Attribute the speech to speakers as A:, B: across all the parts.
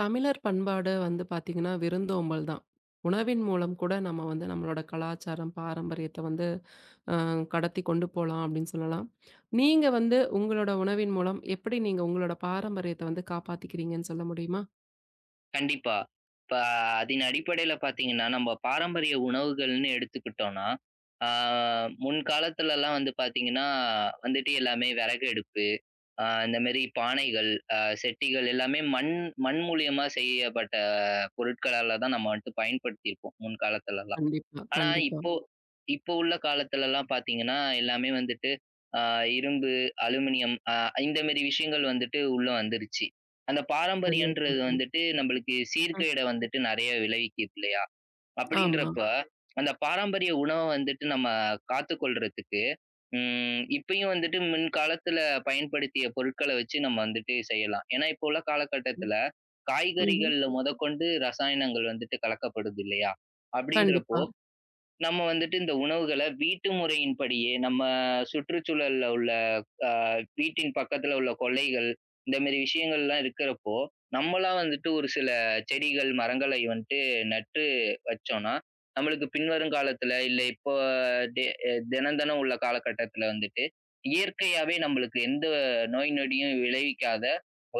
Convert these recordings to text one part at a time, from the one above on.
A: தமிழர் பண்பாடு வந்து பார்த்தீங்கன்னா விருந்தோம்பல் தான். உணவின் மூலம் கூட நம்ம வந்து நம்மளோட கலாச்சாரம், பாரம்பரியத்த வந்து அ கடத்தி கொண்டு போலாம் அப்படின்னு சொல்லலாம். நீங்க வந்து உங்களோட உணவின் மூலம் எப்படி நீங்க உங்களோட பாரம்பரியத்த வந்து காப்பாத்திக்கிறீங்கன்னு சொல்ல முடியுமா?
B: கண்டிப்பா. இப்ப அதன் அடிப்படையில பார்த்தீங்கன்னா, நம்ம பாரம்பரிய உணவுகள்னு எடுத்துக்கிட்டோம்னா, ஆ முன்காலத்துலலாம் வந்து பார்த்தீங்கன்னா, வந்துட்டு எல்லாமே விறகு அடுப்பு, இந்த மாரி பானைகள், செட்டிகள் எல்லாமே மண் மண் மூலியமா செய்யப்பட்ட பொருட்களால தான் நம்ம வந்துட்டு பயன்படுத்தியிருப்போம், முன்காலத்துலலாம்.
A: கண்டிப்பா,
B: ஆனா,
A: கண்டிப்பா.
B: இப்போ இப்போ உள்ள காலத்துலலாம் பார்த்தீங்கன்னா, எல்லாமே வந்துட்டு அ இரும்பு, அலுமினியம் இந்த மாரி விஷயங்கள் வந்துட்டு உள்ள வந்துருச்சு. அந்த
A: சரியா
B: பாரம்பரியன்றது
A: சொன்னீங்க.
B: வந்துட்டு நம்மளுக்கு
A: ம்.
B: சீர்கேட வந்துட்டு நெறைய விளைவிக்குது இல்லையா?
A: ஆமா.
B: அப்படின்றப்ப, அந்த பாரம்பரிய உணவ வந்துட்டு நம்ம காத்துக்கொள்றதுக்கு, இப்பயும் வந்துட்டு முன்காலத்துல பயன்படுத்திய பொருட்கள வச்சு நம்ம வந்துட்டு செய்யலாம். ஏன்னா, இப்போ உள்ள
A: ம்.
B: காலகட்டத்துல,
A: ம்ஹ்ம்.
B: காய்கறிகள்ல மொதற்கொண்டு ரசாயனங்கள் வந்துட்டு கலக்கப்படுது இல்லையா? அப்படின்றப்போ,
A: கண்டிப்பா,
B: நம்ம வந்துட்டு இந்த உணவுகள வீட்டு முறையின்படியே, நம்ம சுற்றுச்சூழல்ல உள்ள அ வீட்டின் பக்கத்துல உள்ள கொல்லைகள், இந்த மாரி விஷயங்கள்லாம் இருக்கிறப்போ, நம்மளா வந்துட்டு ஒரு சில செடிகள், மரங்களை வந்துட்டு நட்டு வச்சோம்னா, நம்மளுக்கு பின்வரும் காலத்துல, இல்ல இப்போ டெ தினம் தினம் உள்ள காலகட்டத்துல வந்துட்டு, இயற்கையாவே நம்மளுக்கு எந்த நோய் நொடியும் விளைவிக்காத,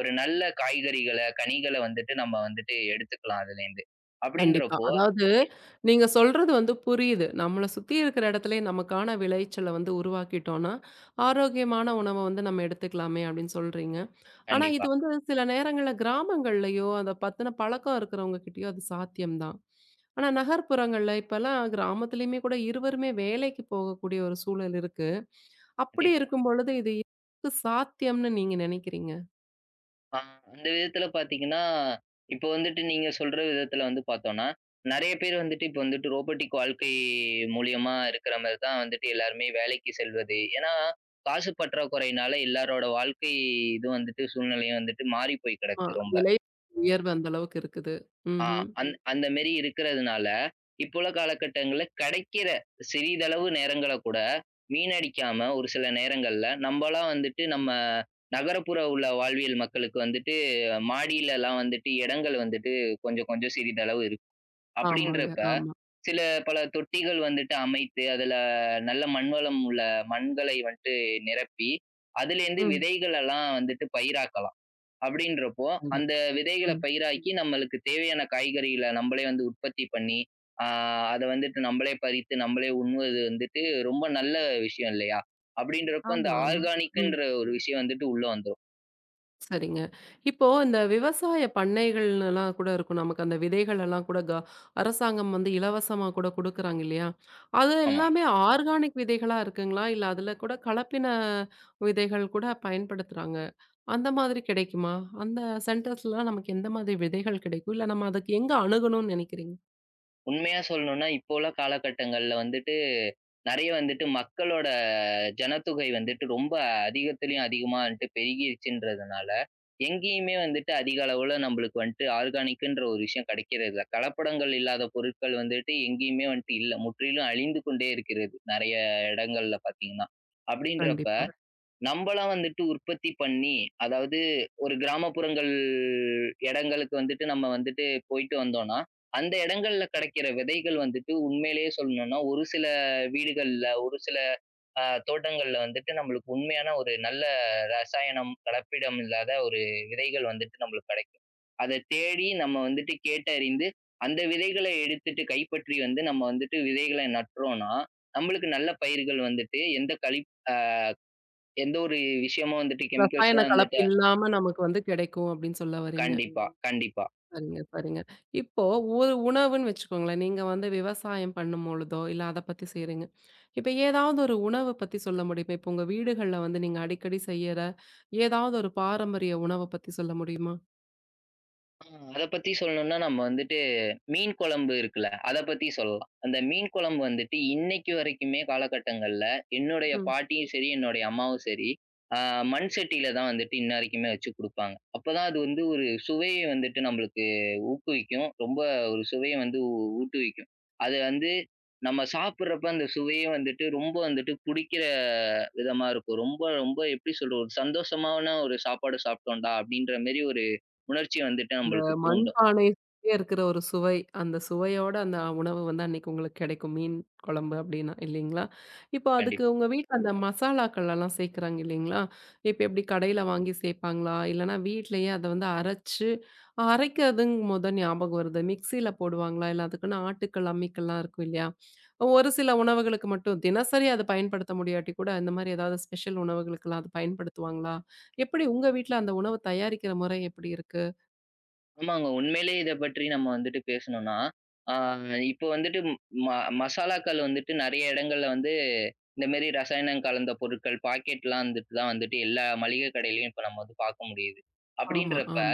B: ஒரு நல்ல காய்கறிகள, கனிகள வந்துட்டு நம்ம வந்துட்டு எடுத்துக்கலாம் அதுலேருந்து.
A: கண்டிப்பா.
B: அப்படின்றப்போ
A: அதாவது நீங்க சொல்றது வந்து புரியுது. நம்மள சுத்தி இருக்கிற இடத்துலயே நமக்கான விளைச்சல வந்து உருவாக்கிட்டோம்னா, ஆரோக்கியமான உணவ வந்து நம்ம எடுத்துக்கலாமே அப்படின்னு சொல்றீங்க. ஆனா இது
B: கண்டிப்பா,
A: வந்து சில நேரங்கள்ல கிராமங்கள்லயோ, அத பத்தின பழக்கம் இருக்கிறவங்க கிட்டயோ அது சாத்தியம் தான். ஆனா நகர்ப்புறங்கள்ல இப்பலாம் கிராமத்திலயுமே கூட இருவருமே வேலைக்கு போகக்கூடிய ஒரு சூழல் இருக்கு. அப்படி
B: கண்டிப்பா.
A: இருக்கும் பொழுது இது எதுக்கு சாத்தியம்னு நீங்க நினைக்கிறீங்க?
B: ஆ அந்த விதத்துல பாத்தீங்கன்னா, இப்போ வந்துட்டு நீங்க சொல்ற விதத்துல வந்து பாத்தோம்னா, நெறைய பேர் வந்துட்டு இப்போ வந்துட்டு ரோபோட்டிக் வாழ்க்கை மூலியமா இருக்கிற மாரி தான் வந்துட்டு எல்லாருமே வேலைக்கு செல்வது. ஏன்னா, காசு பற்றாக்குறையினால எல்லாரோட வாழ்க்கை இது வந்துட்டு சூழ்நிலையும் வந்துட்டு மாறிப் போய்
A: ஆமா.
B: கிடக்கு ரொம்ப.
A: விலை உயர்வு அந்த அளவுக்கு இருக்குது.
B: ஆ.
A: ம்ஹ்ம்.
B: அந்த மாரி இருக்கிறதுனால, இப்போ உள்ள காலகட்டங்கள்ல கிடைக்கிற சிறிதளவு நேரங்கள கூட வீணடிக்காம ஒரு சில நேரங்கள்ல நம்பலாம் வந்துட்டு நம்ம நகரப்புற உள்ள வாழ்வியல் மக்களுக்கு வந்துட்டு மாடியிலலாம் வந்துட்டு இடங்கள் வந்துட்டு கொஞ்சம் கொஞ்சம் சிறிதளவு இருக்கு.
A: ஆமாங்க.
B: அப்படின்றப்ப
A: ஆமா.
B: சில பல தொட்டிகள் வந்துட்டு அமைத்து அதுல நல்ல மண்வளம் உள்ள மண்களை வந்துட்டு நிரப்பி, அதிலேருந்து
A: ம்.
B: விதைகளெல்லாம் வந்துட்டு பயிராக்கலாம். அப்படின்றப்போ, அந்த
A: கண்டிப்பா.
B: விதைகள
A: ம்.
B: பயிராக்கி நம்மளுக்கு தேவையான காய்கறிகள நம்பளே வந்து உற்பத்தி பண்ணி, ஆ அத வந்துட்டு நம்பளே பறித்து, நம்பளே உண்ணுவது வந்துட்டு ரொம்ப நல்ல விஷயம் இல்லையா? அப்படின்றப்போ அந்த
A: ஆமா, ஆமா. ம்.
B: ஆர்கானிக்குன்ற ஒரு விஷயம் வந்துட்டு உள்ள வந்துரும்.
A: சரிங்க. இப்போ இந்த விவசாய பண்ணைகள்லாம் கூட இருக்கும். நமக்கு அந்த விதைகள் எல்லாம் கூட அரசாங்கம் வந்து இலவசமா கூட குடுக்குறாங்க இல்லையா? அது
B: ஆமா.
A: எல்லாமே ஆர்கானிக் விதைகளா இருக்குங்களா? இல்ல அதுல கூட கலப்பின விதைகள் கூட பயன்படுத்துறாங்க. அந்த மாதிரி கிடைக்குமா? அந்த சென்டர்ஸ்லாம் நமக்கு எந்த மாதிரி விதைகள் கிடைக்கும்? இல்ல நம்ம அதுக்கு எங்க அணுகணும்னு நினைக்கிறீங்க?
B: உண்மையா சொல்லணும்னா இப்போ உள்ள காலகட்டங்கள்ல வந்துட்டு நெறைய வந்துட்டு மக்களோட ஜனத்தொகை வந்துட்டு ரொம்ப அதிகத்திலயும் அதிகமா வந்துட்டு பெருகிருச்சுன்றதுனால, எங்கேயுமே வந்துட்டு அதிக அளவுல நம்மளுக்கு வந்துட்டு ஆர்கானிக்குன்ற ஒரு விஷயம் கிடைக்கிறதில்ல. கலப்படங்கள் இல்லாத பொருட்கள் வந்துட்டு எங்கேயுமே வந்துட்டு இல்ல. முற்றிலும் அழிந்து கொண்டே இருக்கிறது. நெறைய இடங்கள்ல பார்த்தீங்கன்னா. அப்படின்றப்ப
A: கண்டிப்பா.
B: நம்பளா வந்துட்டு உற்பத்தி பண்ணி, அதாவது ஒரு கிராமப்புறங்கள் இடங்களுக்கு வந்துட்டு நம்ம வந்துட்டு போயிட்டு வந்தோம்னா, அந்த இடங்கள்ல கிடைக்கிற விதைகள் வந்துட்டு உண்மையிலேயே சொல்லணும்னா, ஒரு சில வீடுகள்ல, ஒரு சில தோட்டங்கள்ல வந்துட்டு நம்மளுக்கு உண்மையான ஒரு நல்ல ரசாயனம், கலப்பிடம் இல்லாத ஒரு விதைகள் வந்துட்டு நம்மளுக்கு கிடைக்கும். அத தேடி நம்ம வந்துட்டு கேட்டறிந்து, அந்த விதைகள எடுத்துட்டு கைப்பற்றி வந்து நம்ம வந்துட்டு விதைகள நட்டறோம்னா, நம்மளுக்கு நல்ல பயிர்கள் வந்துட்டு எந்த அ எந்த ஒரு விஷயமும் வந்துட்டு
A: ரசாயன
B: கெமிக்கல்ஸ்லாம்
A: கலப்பு
B: வந்துட்டு
A: இல்லாம நமக்கு வந்து கிடைக்கும் அப்படின்னு சொல்ல வர்றீங்க.
B: கண்டிப்பா, கண்டிப்பா.
A: சரிங்க, சரிங்க. இப்போ ஒரு உணவுன்னு வச்சுக்கோங்களேன். நீங்க வந்து விவசாயம் பண்ணும்பொழுதோ, இல்ல அத பத்தி செய்றீங்க. இப்ப ஏதாவது ஒரு உணவ பத்தி சொல்ல முடியுமா? இப்ப உங்க வீடுகள்ல வந்து நீங்க அடிக்கடி செய்யற ஏதாவது ஒரு பாரம்பரிய உணவ பத்தி சொல்ல முடியுமா?
B: ஆ. அத பத்தி சொல்லணும்னா நம்ம வந்துட்டு மீன் குழம்பு இருக்குல்ல, அத பத்தி சொல்லலாம். அந்த மீன் குழம்பு வந்துட்டு இன்னைக்கு வரைக்குமே காலகட்டங்கள்ல என்னுடைய
A: ம்.
B: பாட்டியும் சரி, என்னுடைய அம்மாவும் சரி, ஆ மண் சட்டியில தான் வந்துட்டு இன்ன வரைக்குமே வச்சு குடுப்பாங்க. அப்பதான் அது வந்து ஒரு சுவையை வந்துட்டு நம்மளுக்கு ஊக்குவிக்கும். ரொம்ப ஒரு சுவையை வந்து ஊட்டுவிக்கும். அது வந்து நம்ம சாப்பிடுறப்ப அந்த சுவையே வந்துட்டு ரொம்ப வந்துட்டு புடிக்கிற விதமா இருக்கும். ரொம்ப ரொம்ப எப்படி சொல்றது? ஒரு சந்தோஷமான ஒரு சாப்பாடு சாப்பிட்டோம்டா! அப்படின்ற மாரி ஒரு உணர்ச்சி வந்துட்டு
A: இந்த
B: நம்மளுக்கு தூண்டும்.
A: மண்பானை சுவையா இருக்கிற ஒரு சுவை, அந்த சுவையோட அந்த உணவு வந்து அன்னைக்கு உங்களுக்கு கிடைக்கும். மீன் குழம்பு அப்டின்னா இல்லைங்களா? இப்போ அதுக்கு
B: கண்டிப்பா.
A: உங்க வீட்ல அந்த மசாலாக்கள் எல்லாம் சேர்க்குறாங்க இல்லைங்களா? இப்ப எப்டி கடையில வாங்கி சேர்ப்பாங்களா? இல்லன்னா வீட்லயே அத வந்து அரைச்சு அரைக்கிறதுங்கும் போது தான் ஞாபகம் வருது. மிக்ஸில போடுவாங்களா? இல்ல அதுக்குன்னு ஆட்டுக்கல், அம்மிக்கல்லாம் இருக்கும் இல்லையா? ஒரு சில உணவுகளுக்கு மட்டும் தினசரி அத பயன்படுத்த முடியாட்டி கூட இந்த மாரி ஏதாவது ஸ்பெஷல் உணவுகளுக்கெல்லாம் அத பயன்படுத்துவாங்களா? எப்படி உங்க வீட்ல அந்த உணவு தயாரிக்கிற முறை எப்படி இருக்கு?
B: ஆமாங்க. உண்மையிலேயே இத பற்றி நம்ம வந்துட்டு பேசணும்னா, ஆ இப்போ வந்துட்டு ம மசாலாக்கள் வந்துட்டு நெறைய இடங்கள்ல வந்து இந்த மாரி ரசாயனம் கலந்த பொருட்கள் பாக்கெட்லாம் வந்துட்டு தான் வந்துட்டு எல்லா மளிகை கடையிலயும் இப்ப நம்ம வந்து பார்க்க முடியுது.
A: ஆமா,
B: அப்படின்றப்ப
A: ஆமா.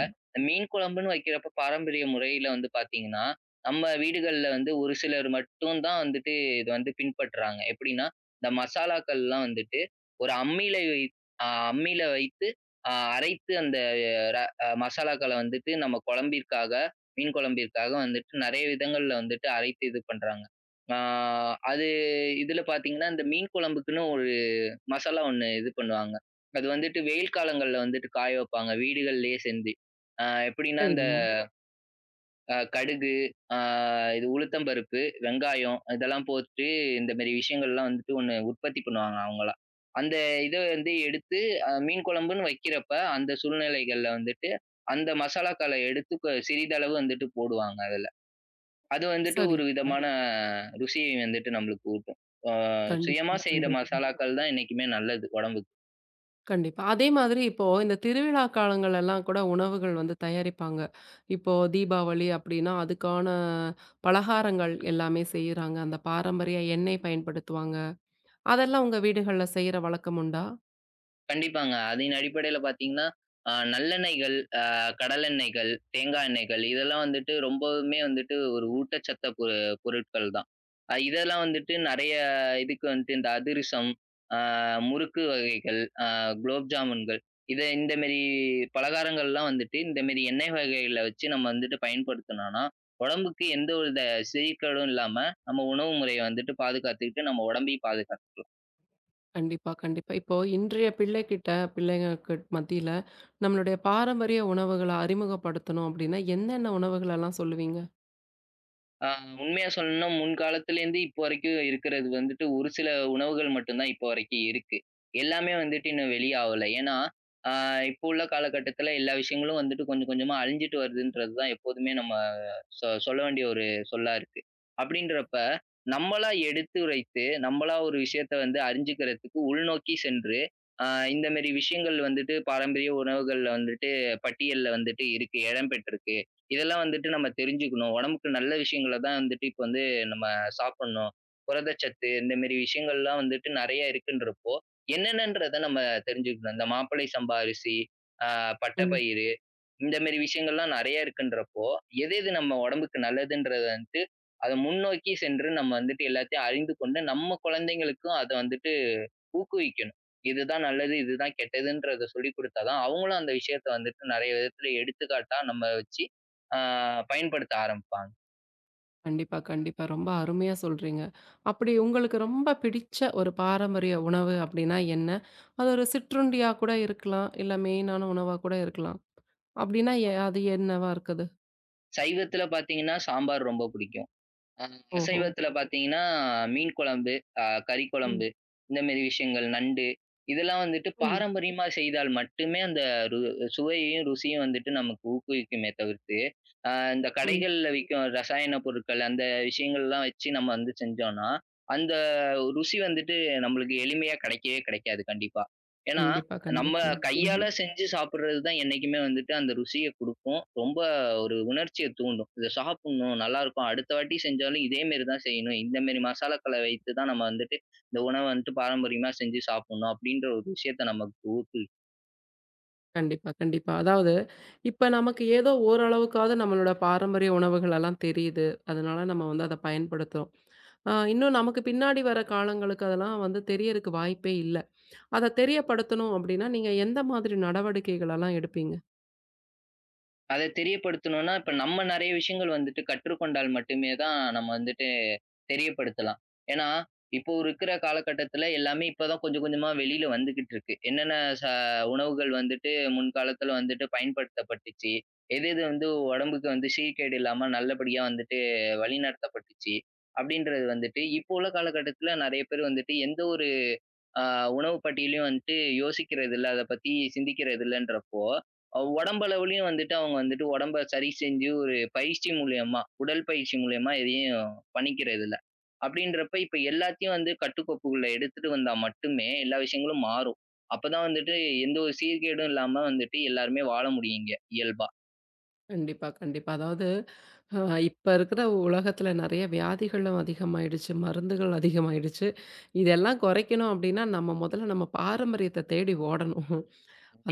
B: மீன் குழம்புன்னு வைக்கிறப்ப பாரம்பரிய முறையில வந்து பார்த்தீங்கன்னா, நம்ம வீடுகள்ல வந்து ஒரு சிலர் மட்டும் தான் வந்துட்டு இத வந்து பின்பற்றுறாங்க. எப்படின்னா, இந்த மசாலாக்கள்லாம் வந்துட்டு ஒரு அ அம்மியில வைத்து அரைத்து அந்த மசாலாக்கள வந்துட்டு நம்ம குழம்பிற்காக, மீன் குழம்பிற்காக வந்துட்டு நெறைய விதங்கள்ல வந்துட்டு அரைத்து இது பண்றாங்க. ஆ அது இதுல பார்த்தீங்கன்னா, இந்த மீன் குழம்புக்குன்னு ஒரு மசாலா ஒண்ணு இது பண்ணுவாங்க. அது வந்துட்டு வெயில் காலங்கள்ல வந்துட்டு காய வைப்பாங்க, வீடுகள்லயே செஞ்சு. எப்படின்னா, இந்த
A: சரிங்க.
B: கடுகு, ஆ இது உளுத்தம் பருப்பு, வெங்காயம் இதெல்லாம் போட்டு இந்த மாரி விஷயங்கள்லாம் வந்துட்டு ஒண்ணு உற்பத்தி பண்ணுவாங்க அவங்களா. அந்த இத வந்து எடுத்து மீன் குழம்புன்னு வைக்கிறப்ப, அந்த சூழ்நிலைகள்ல வந்துட்டு அந்த மசாலாக்கள எடுத்து சிறிதளவு வந்துட்டு போடுவாங்க அதுல. அது வந்துட்டு
A: சரி.
B: ஒரு விதமான ருசியை வந்துட்டு நம்மளுக்கு ஊட்டும். ஆ சுயமா
A: கண்டிப்பா,
B: செய்ற
A: கண்டிப்பா,
B: மசாலாக்கள் தான் என்னைக்குமே நல்லது உடம்புக்கு.
A: கண்டிப்பா. அதே மாதிரி இப்போ இந்த திருவிழா காலங்கள் எல்லாம் கூட உணவுகள் வந்து தயாரிப்பாங்க. இப்போ தீபாவளி அப்படின்னா, அதுக்கான பலகாரங்கள் எல்லாமே செய்றாங்க. அந்த பாரம்பரிய எண்ணெய் பயன்படுத்துவாங்க. அதெல்லாம் உங்க வீடுகள்ல செய்ற வழக்கம் உண்டா?
B: கண்டிப்பாங்க. அதன் அடிப்படையில பார்த்தீங்கன்னா, நல்லெண்ணெய்கள், கடலெண்ணெய்கள், தேங்காய் எண்ணெய்கள் இதெல்லாம் வந்துட்டு ரொம்பவுமே வந்துட்டு ஒரு ஊட்டச்சத்த பொருட்கள் தான். இதெல்லாம் வந்துட்டு நெறைய இதுக்கு வந்துட்டு இந்த அதிரசம், அ முறுக்கு வகைகள், குலோப் ஜாமுன்கள் இந்த மேரி பலகாரங்கள்லாம் வந்துட்டு இந்த மேரி எண்ணெய் வகைகள வச்சு நம்ம வந்துட்டு பயன்படுத்துனோம்னா, உடம்புக்கு எந்த ஒரு சீர்கேடும் இல்லாம நம்ம உணவு முறைய வந்துட்டு பாதுகாத்துக்கிட்டு நம்ம உடம்பையும் பாதுகாக்கலாம்.
A: கண்டிப்பா, கண்டிப்பா. இப்போ இன்றைய பிள்ளைங்களுக்கு மத்தியில நம்மளுடைய பாரம்பரிய உணவுகள அறிமுகப்படுத்தணும் அப்படின்னா, என்னென்ன உணவுகளெல்லாம் சொல்லுவீங்க?
B: ஆ உண்மையா சொல்லணும்னா முன்காலத்திலேருந்து இப்போ வரைக்கும் இருக்கிறது வந்துட்டு ஒரு சில உணவுகள் மட்டும் தான் இப்போ வரைக்கும் இருக்கு. எல்லாமே வந்துட்டு இன்னும் வெளிய ஆவல. ஏன்னா, ஆ இப்போ உள்ள காலகட்டத்தில எல்லா விஷயங்களும் வந்துட்டு கொஞ்சம் கொஞ்சமா அழிஞ்சுட்டு வருதுன்றது தான் எப்போதுமே நம்ம சொல்ல வேண்டிய ஒரு சொல்லா இருக்கு. அப்படின்றப்ப நம்மளா எடுத்துரைத்து, நம்மளா ஒரு விஷயத்த வந்து அறிஞ்சுக்கிறதுக்கு உள்நோக்கி சென்று, ஆ இந்த மாரி விஷயங்கள் வந்துட்டு பாரம்பரிய உணவுகள்ல வந்துட்டு பட்டியல்ல வந்துட்டு இருக்கு. இடம் பெற்றிருக்கு. இதெல்லாம் வந்துட்டு நம்ம தெரிஞ்சுக்கணும். உடம்புக்கு நல்ல விஷயங்கள தான் வந்துட்டு இப்ப வந்து நம்ம சாப்பிடணும். புரதச்சத்து இந்த மாரி விஷயங்கள்லாம் வந்துட்டு நெறைய இருக்குன்றப்போ, என்னென்னன்றத நம்ம தெரிஞ்சுக்கணும். இந்த மாப்பிள்ளை சம்பா அரிசி, அ
A: ம்.
B: பட்டப்பயிறு இந்த மாரி விஷயங்கள்லாம் நெறைய இருக்குன்றப்போ, எது எது நம்ம உடம்புக்கு நல்லதுன்றத வந்துட்டு, அத முன்னோக்கி சென்று நம்ம வந்துட்டு எல்லாத்தையும் அறிந்து கொண்டு, நம்ம குழந்தைங்களுக்கும் அத வந்துட்டு ஊக்குவிக்கணும். இதுதான் நல்லது, இதுதான் கெட்டதுன்றத சொல்லிக் குடுத்தா தான், அவங்களும் அந்த விஷயத்த வந்துட்டு நெறைய விதத்துல எடுத்துக்காட்டா நம்ம வச்சு, ஆ பயன்படுத்த ஆரம்பிப்பாங்க.
A: கண்டிப்பா, கண்டிப்பா. ரொம்ப அருமையா சொல்றீங்க. அப்படி உங்களுக்கு ரொம்ப பிடிச்ச ஒரு பாரம்பரிய உணவு அப்படின்னா என்ன? அது ஒரு சிற்றுண்டியா கூட இருக்கலாம். இல்ல மெயினான உணவா கூட இருக்கலாம். அப்படின்னா அது என்னவா இருக்குது?
B: சைவத்துல பாத்தீங்கன்னா, சாம்பார் ரொம்ப புடிக்கும். அ
A: ஓஹோ!
B: அசைவத்தில பார்த்தீங்கன்னா, மீன் குழம்பு, அ கறி
A: ம்,
B: குழம்பு இந்த மாரி விஷயங்கள், நண்டு இதெல்லாம் வந்துட்டு
A: ம்,
B: பாரம்பரியமா செய்தால் மட்டுமே அந்த ரு சுவையையும், ருசியும் வந்துட்டு நமக்கு ஊக்குவிக்குமே தவிர்த்து, அ இந்த
A: ம்.
B: கடைகள்ல விக்கும் ரசாயன பொருட்கள் அந்த விஷயங்கள்லாம் வச்சு நம்ம வந்து செஞ்சோம்னா, அந்த ருசி வந்துட்டு நம்மளுக்கு எளிமையா கிடைக்கவே கிடைக்காது கண்டிப்பா. ஏன்னா,
A: கண்டிப்பா,
B: நம்ம
A: கண்டிப்பா.
B: கையால
A: ம்ஹ்ம்.
B: செஞ்சு சாப்பிடுறது தான் என்னைக்குமே வந்துட்டு அந்த ருசிய குடுக்கும். ரொம்ப ஒரு உணர்ச்சிய தூண்டும். இத சாப்புட்ணும், நல்லாருக்கும். அடுத்த வாட்டி செஞ்சாலும் இதே மாரி தான் செய்யணும். இந்த மாரி மசாலாக்கள வைத்து தான் நம்ம வந்துட்டு, இந்த உணவ வந்துட்டு பாரம்பரியமா செஞ்சு சாப்புட்ணும். அப்டின்ற ஒரு விஷயத்த நமக்கு ஊக்கு
A: கண்டிப்பா, கண்டிப்பா. அதாவது இப்ப நமக்கு ஏதோ ஓரளவுக்காவது நம்மளோட பாரம்பரிய உணவுகள் எல்லாம் தெரியுது. அதனால நம்ம வந்து அத பயன்படுத்துறோம். இன்னும் நமக்கு பின்னாடி வர காலங்களுக்கு அதெல்லாம் வந்து தெரியறக்கு வாய்ப்பே இல்ல. அத தெரியப்படுத்தணும் அப்டின்னா, நீங்க எந்த மாதிரி நடவடிக்கைகளெல்லாம் எடுப்பீங்க?
B: அத தெரியப்படுத்தணும்னா, இப்ப நம்ம நெறைய விஷயங்கள் வந்துட்டு கற்றுக்கொண்டால் மட்டுமே தான் நம்ம வந்துட்டு தெரியப்படுத்தலாம். ஏன்னா, இப்போ இருக்கிற காலகட்டத்தில எல்லாமே இப்ப தான் கொஞ்சம் கொஞ்சமா வெளியில வந்துகிட்டு இருக்கு. என்னென்ன ச உணவுகள் வந்துட்டு முன்காலத்தில வந்துட்டு பயன்படுத்தப்பட்டுச்சு. எது எது வந்து உடம்புக்கு வந்து சீர்கேடு இல்லாம நல்லபடியா வந்துட்டு வழிநடத்தப்பட்டுச்சு. அப்படின்றது வந்துட்டு இப்போ உள்ள காலகட்டத்தில நெறைய பேர் வந்துட்டு எந்த ஒரு ஆ உணவு பட்டியலையும் வந்துட்டு யோசிக்கிறது இல்ல. அத பத்தி சிந்திக்கிறது இல்லன்றப்போ, உடம்பளவுலயும் வந்துட்டு அவங்க வந்துட்டு உடம்ப சரி செஞ்சு ஒரு பயிற்சி மூலியமா, உடல் பயிற்சி மூலியமா எதையும் பண்ணிக்கிறது இல்ல. அப்படின்றப்ப இப்ப எல்லாத்தையும் வந்து கட்டுக்கோப்புக்குள்ள எடுத்துட்டு வந்தா மட்டுமே எல்லா விஷயங்களும் மாறும். அப்பதான் வந்துட்டு எந்த ஒரு சீர்கேடும் இல்லாம வந்துட்டு எல்லாருமே வாழ முடியும் இங்க இயல்பா.
A: கண்டிப்பா, கண்டிப்பா. அதாவது அ இப்ப இருக்கிற உலகத்துல நெறைய வியாதிகளும் அதிகமாயிடுச்சு, மருந்துகள் அதிகமாயிடுச்சு. இதெல்லாம் குறைக்கணும் அப்டின்னா, நம்ம முதல்ல நம்ம பாரம்பரியத்த தேடி ஓடணும்.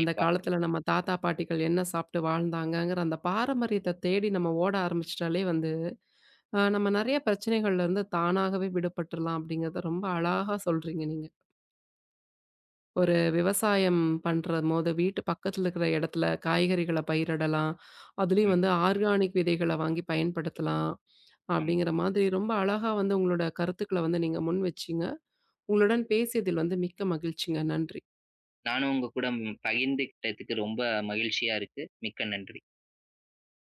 A: அந்த காலத்துல நம்ம தாத்தா, பாட்டிகள் என்ன சாப்ட்டு வாழ்ந்தாங்கங்கிற அந்த பாரம்பரியத்த தேடி நம்ம ஓட ஆரம்பிச்சுட்டாலே வந்து, நம்ம நெறைய பிரச்சனைகள்ல இருந்து தானாகவே விடுபட்டுறலாம் அப்டிங்கிறத ரொம்ப அழகா சொல்றீங்க நீங்க. ஒரு விவசாயம் பண்றபோது வீட்டு பக்கத்துல இருக்கிற இடத்துல காய்கறிகள பயிரிடலாம். அதுலயும்
B: ம்.
A: வந்து ஆர்கானிக் விதைகள வாங்கி பயன்படுத்தலாம்.
B: ஆமா.
A: அப்படிங்கிற மாதிரி ரொம்ப அழகா வந்து உங்களோட கருத்துக்கள வந்து நீங்க முன் வச்சீங்க. உங்களுடன் பேசியதில் வந்து மிக்க மகிழ்ச்சிங்க. நன்றி.
B: நானும் உங்க கூட பகிர்ந்துக்கிட்டதுக்கு ரொம்ப மகிழ்ச்சியா இருக்கு. மிக்க நன்றி.